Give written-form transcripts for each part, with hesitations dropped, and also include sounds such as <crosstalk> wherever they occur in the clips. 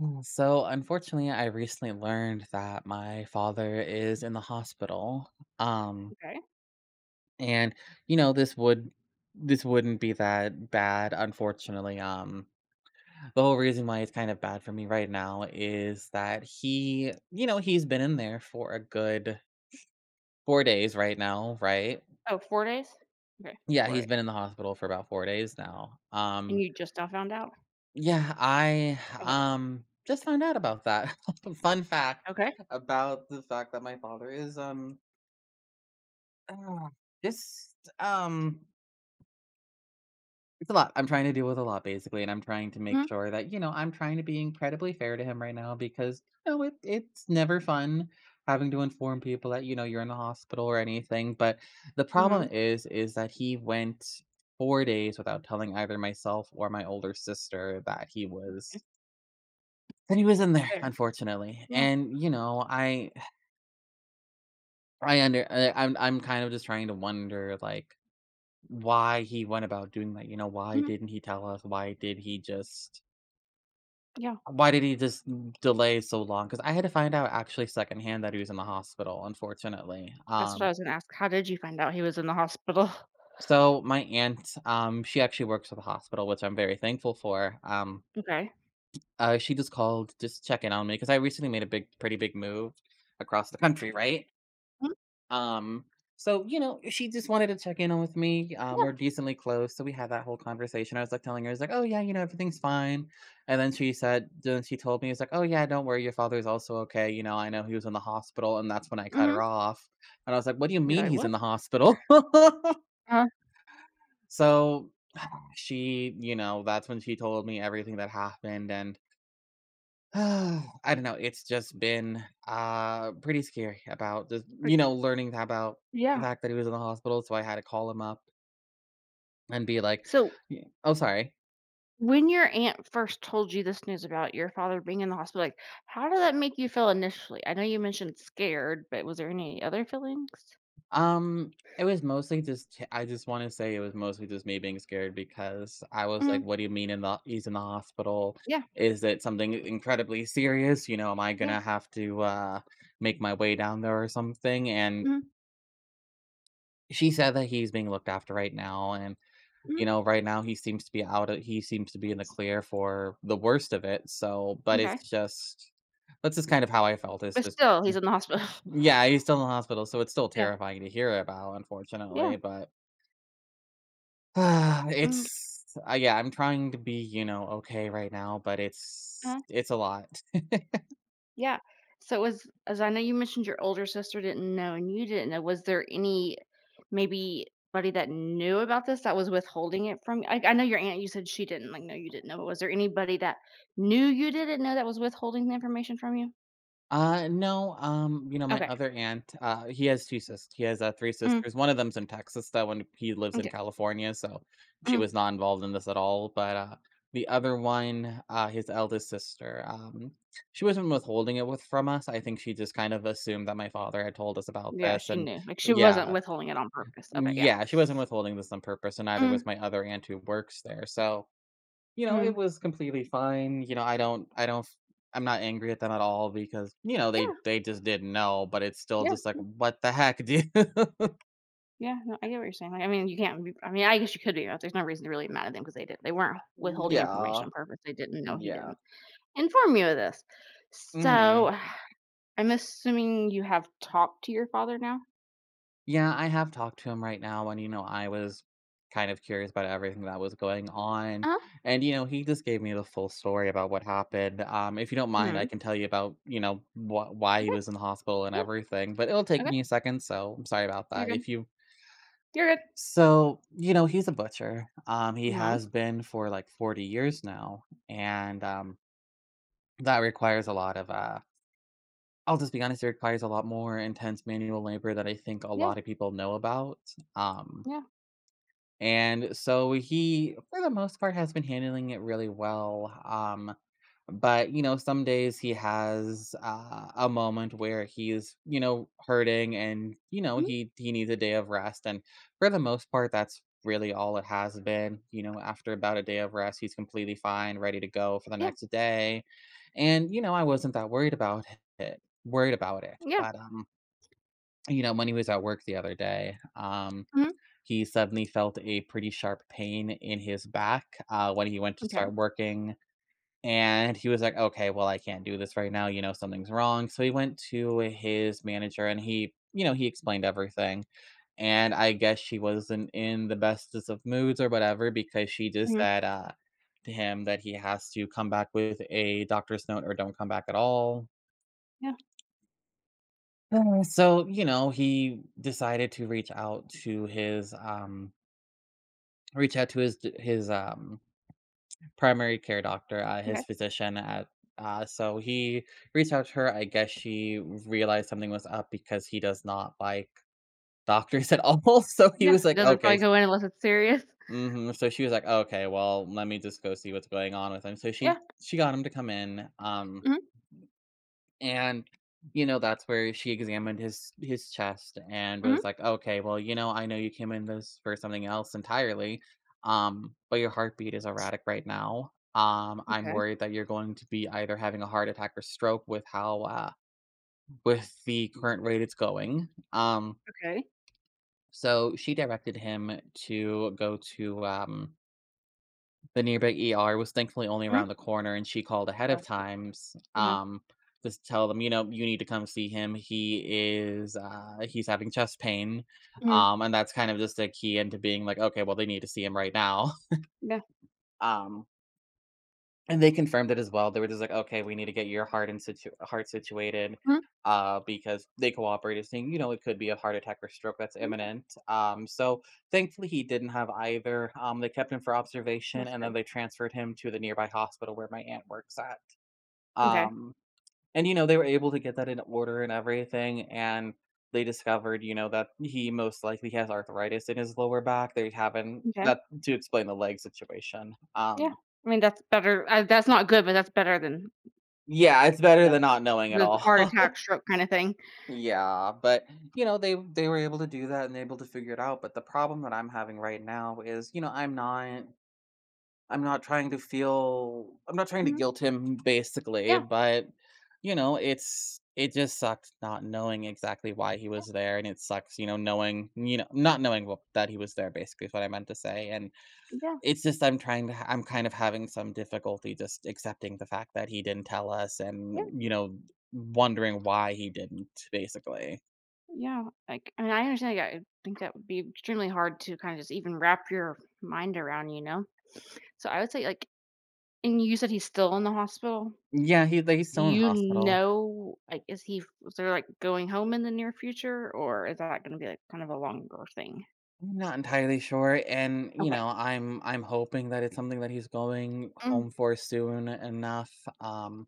So, unfortunately, I recently learned that my father is in the hospital. Um, Okay. and you know, this would this wouldn't be that bad, unfortunately. The whole reason why it's kind of bad for me right now is that he's been in there for a good 4 days right now, right? Oh, 4 days? Okay, Yeah, 4 he's days. been in the hospital for about 4 days now. And you just now found out? Yeah, I, Okay. um, just found out about that. <laughs> Fun fact Okay. about the fact that my father ah, just, um, it's a lot. I'm trying to deal with a lot basically, and I'm trying to make Mhm, sure that, you know, I'm trying to be incredibly fair to him right now because, you know, it's never fun having to inform people that, you know, you're in the hospital or anything. But the mhm, problem is that he went 4 days without telling either myself or my older sister that he There. was. But he was in there, unfortunately, Yeah, and, you know, I under I I'm kind of just trying to wonder, like, why he went about doing that. You know, why mhm, didn't he tell us? Yeah. Why did he just delay so long? Because I had to find out actually secondhand that he was in the hospital, unfortunately. That's what I was gonna ask, how did you find out he was in the hospital? <laughs> So my aunt, she actually works at the hospital, which I'm very thankful for. Okay. She just called, just checking on me because I recently made a big pretty big move across the country, right? Mm, Um, so, you know, she just wanted to check in on with me. Yeah, We're decently close, so we had that whole conversation. I was like telling her, I was like, "Oh yeah, you know, everything's fine." And then then she told me, "It's like, oh yeah, don't worry, your father's also okay. You know, I know he was in the hospital," and that's when I cut mhm. her off. And I was like, "What do you You're mean like, he's in "What?" the hospital?" Uh, <laughs> So, that's when she told me everything that happened. And <sighs> I don't know, it's just been, pretty scary about just, like, you know, learning about the yeah. fact that he was in the hospital, so I had to call him up and be like, So, "Y oh, sorry. when your aunt first told you this news about your father being in the hospital, like, how did that make you feel initially? I know you mentioned scared, but was there any other feelings? Um, it was mostly just I just wanna say it was mostly just me being scared because I was Mhm, like, "What do you mean in the he's in the hospital? yeah, Is it something incredibly serious? You know, am I yeah, gonna have to, make my way down there or something?" And mhm, she said that he's being looked after right now. And mhm, you know, right now he seems to be out of he seems to be in the clear for the worst of it, so but okay. it's just that's just kind of how I felt, it's But just still, he's mm, in the hospital. <laughs> yeah, he's still in the hospital, so it's still Yeah, terrifying to hear about, yeah. unfortunately. But <sighs> M'kay. it's yeah, I'm trying to be, you know, okay right now, but it's a lot. <laughs> Yeah. So as I know you mentioned your older sister didn't know and you didn't know, was there any maybe buddy that knew about this that was withholding it from you? I know your aunt, you said she didn't, like, know you didn't know, but was there anybody that knew you didn't know that was withholding the information from you? No, you know, my Okay. other aunt, he has, 3 Mm, sisters, one of them's in Texas, though, and he lives in m'kay. California, so she Mhm. was not involved in this at all. But, the other one, his eldest sister, she wasn't withholding it with from us. I think she just kind of assumed that my father had told us about Yeah, this. she And knew. Like, she yeah, wasn't withholding it on purpose. Okay, yeah. yeah, she wasn't withholding this on purpose, and neither was Mm, my other aunt who works there. So, you know, it mm. was completely fine. You know, I don't I don't I I'm not angry at them at all because, you know, Yeah, they just didn't know, but it's still yeah, just like, "What the heck, dude?" <laughs> yeah. No, I get what you're saying. Like, I mean, you can't be I mean, I guess you could be, but there's no reason to really be mad at them because they weren't withholding information Yeah, on purpose. They didn't know he yeah, didn't inform you of this. mhm. So, <sighs> I'm assuming you have talked to your father now? Yeah, I have talked to him right now, and, you know, I was kind of curious about everything that was going on. Uh-huh. And, you know, he just gave me the full story about what happened. Um, if you don't mind, I Mhm. can tell you about, you know, wh why he Okay. was in the hospital and Yeah. everything, but it'll take Okay. me a second, so I'm sorry about You're that. good. If you. You're good. So, you know, he's a butcher. He Mhm. has been for like 40 years now. And that requires a lot of, I'll just be honest, it requires a lot more intense manual labor that I think a Yeah. lot of people know about. Um, Yeah. and so he, for the most part, has been handling it really well. But you know, some days he has, a moment where he's, you know, hurting, and you know, Mhm. He needs a day of rest. And for the most part, that's really all it has been. You know, after about a day of rest he's completely fine, ready to go for the Yeah. next day. And you know, I wasn't that it worried about it Yeah. but you know, when he was at work the other day, Mhm. he suddenly felt a pretty sharp pain in his back when he went to Okay. start working. And he was like, "Okay, well, I can't do this right now, you know, something's wrong." So he went to his manager and he explained everything. And I guess she wasn't in the bestest of moods or whatever, because she just Mhm. said to him that he has to come back with a doctor's note or don't come back at all. Yeah. So, you know, he decided to reach out to his reach out to his primary care doctor, Okay. his physician at. Uh, so he reached out to her. I guess she realized something was up because he does not like doctors at all. <laughs> So he Yeah. was It like, doesn't "Okay." probably go in unless it's serious. Mhm. So she was like, "Okay, well, let me just go see what's going on with him." So Yeah. She got him to come in. Mhm. And, you know, that's where she examined his chest and was Mhm. like, "Okay, well, you know, I know you came in this for something else entirely, but your heartbeat is erratic right now. I'm Okay. worried that you're going to be either having a heart attack or stroke with how with the current rate it's going." Okay. so she directed him to go to the nearby ER. Was thankfully only Mhm. around the corner, and she called ahead of That's good. times, Uh-huh. To tell them, "You know, you need to come see him. He is, he's having chest pain." Mhm. And that's kind of just the key into being like, "Okay, well, they need to see him right now." <laughs> Yeah. Um and they confirmed it as well. They were just like, "Okay, we need to get your heart situated," Mhm. Because they cooperated, saying, you know, it could be a heart attack or stroke that's Yeah. imminent. So thankfully, he didn't have either. They kept him for observation, That's and then good. they transferred him to the nearby hospital where my aunt works at. Okay. Um, and you know, they were able to get that in order and everything. And they discovered, you know, that he most likely has arthritis in his lower back. They haven't Okay. that to explain the leg situation. Yeah. I mean, that's better. That's not good, but that's better than Yeah, it's better the than not knowing at the all. heart attack, <laughs> stroke kinda thing. Yeah, but, you know, they were able to do that and able to figure it out. But the problem that I'm having right now is, you know, I'm not trying to Mhm. guilt him basically. Yeah. But, you know, it's it just sucked not knowing exactly why he was there. And it sucks, you know, not knowing what that he was there basically is what I meant to say. And Yeah, it's just I'm trying to ha I'm kind of having some difficulty just accepting the fact that he didn't tell us, and, yeah, you know, wondering why he didn't, basically. yeah. Like, I mean, I understand. Yeah, I think that would be extremely hard to kind of just even wrap your mind around, you know. So I would say, like, and you said he's still in the hospital. Yeah, he's Do still in the you hospital. know, like, is he? Is there like going home in the near future, or is that going to be like kind of a longer thing? I'm not entirely sure, and, you Okay. know, I'm hoping that it's something that he's going Mm, home for soon enough. um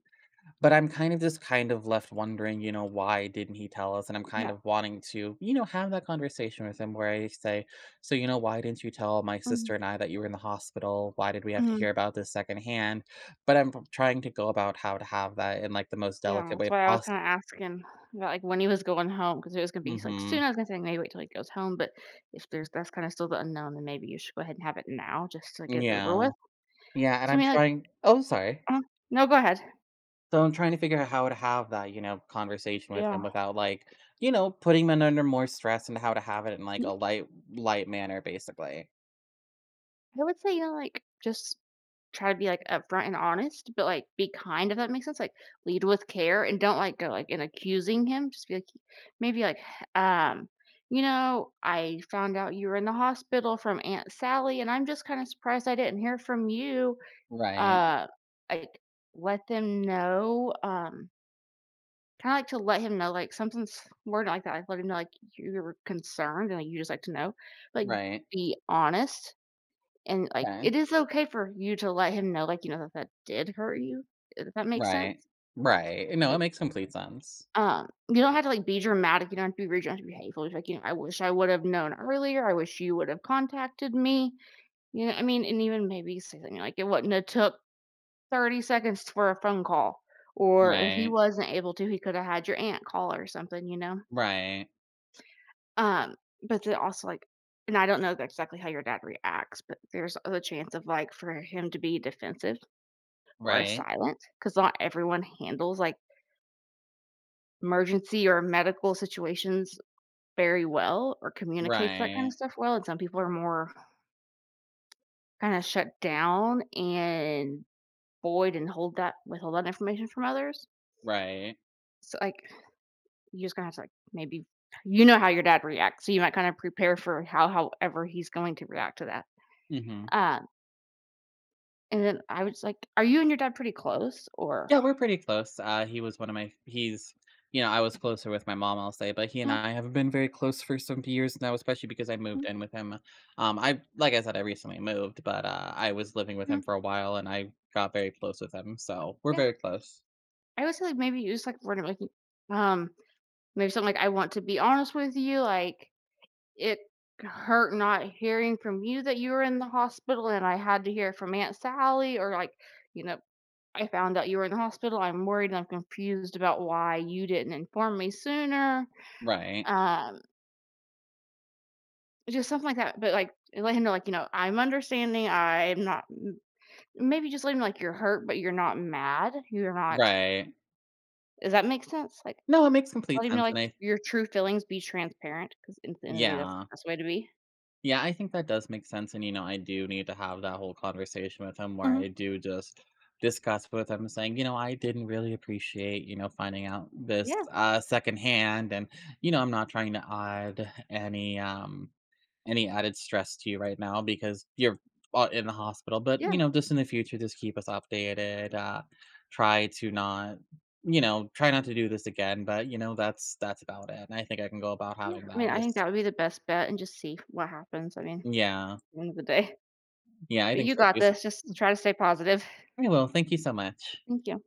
But I'm kind of just kind of left wondering, you know, why didn't he tell us? And I'm kind yeah. of wanting to, you know, have that conversation with him where I say, so, you know, why didn't you tell my Mm, sister and I that you were in the hospital? Why did we have to hear about this secondhand? But I'm trying to go about how to have that in like the most Yeah, delicate that's way why I was possible. kinda asking about, like, when he was going home because it was gonna be, like, Hmm. soon. I was gonna say maybe wait till he goes home, but if there's that's kinda still the unknown, then maybe you should go ahead and have it now just to get it over Yeah. with. Yeah. And So, I I'm mean, like trying, oh, sorry. uh No, go ahead. So I'm trying to figure out how to have that, you know, conversation with Yeah. him without like, you know, putting him under more stress, and how to have it in like a Y light manner, basically. I would say, you know, like, just try to be, like, upfront and honest, but, like, be kind, if that makes sense. Like, lead with care and don't, like, go, like, in accusing him. Just be like maybe, like, um, "You know, I found out you were in the hospital from Aunt Sally, and I'm just kinda surprised I didn't hear from you." Right. Uh, like, let them know, kinda like to let him know, like, something's worded like that, like, let him know, like, you're concerned and like you just like to know. Like, Right. be honest and, like, Okay. it is okay for you to let him know, like, you know, that that did hurt you, if that makes Right. sense. Right. No, it Like, makes complete sense. You don't have to, like, be dramatic, you don't have to be rude, you don't have to be hateful. It's like, you know, "I wish I would've known earlier. I wish you would've contacted me." You know, what I mean, and even maybe say something like, "It wouldn't have took 30 seconds for a phone call, or if he Right. wasn't able to, he could have had your aunt call or something, you know? Right. Um, but then also, like and I don't know exactly how your dad reacts, but there's a chance of, like, for him to be defensive or Right. silent because not everyone handles, like, emergency or medical situations very well or communicates that kind of Right. stuff well, and some people are more kinda shut down and void and hold that withhold that information from others. Right. So, like You're just gonna have to, like, maybe you know how your dad reacts, so you might kinda prepare for how however he's going to react to that. Mhm. Um, and then I was like are you and your dad pretty close? Or Yeah, we're pretty close. He was one of my he's you know, I was closer with my mom, I'll say, but he and "Uh, I have been very close for some years now, especially because I mm, moved in with him. I like I said, I recently moved, but I was living with mm, him for a while, and I got very close with him, so we're yeah." very close. I would say, like, maybe use, like, word of like, um, maybe something like, "I want to be honest with you, like, it hurt not hearing from you that you were in the hospital, and I had to hear from Aunt Sally," or like, you know, "I found out you were in the hospital, I'm worried and I'm confused about why you didn't inform me sooner." Right, Um Just something like that, but, like, let him know, like, you know, "I'm understanding, I'm not" m maybe just let him know, like, you're hurt, but you're not mad, you're not right. does that make sense? Like, No, it makes just let complete him know, sense, like, and I your true feelings, be transparent, because at the end of the day, that's yeah. the best way to be. Yeah, I think that does make sense, and, you know, I do need to have that whole conversation with him where Mhm. I do just discuss with him saying, "You know, I didn't really appreciate, you know, finding out this, Yeah, secondhand, and, you know, I'm not trying to add any, added stress to you right now because you're, in the hospital, but, yeah, you know, just in the future, just keep us updated, yeah, try to not, you know, try not to do this again, but, you know, that's about it, and I think I can go about yeah, having I that mean, I think as." that would be the best bet and just see what happens, I mean, at Yeah. the end of the day. Yeah, I But think you so got too. So this, just try to stay positive. I will. Thank you so much. Thank you.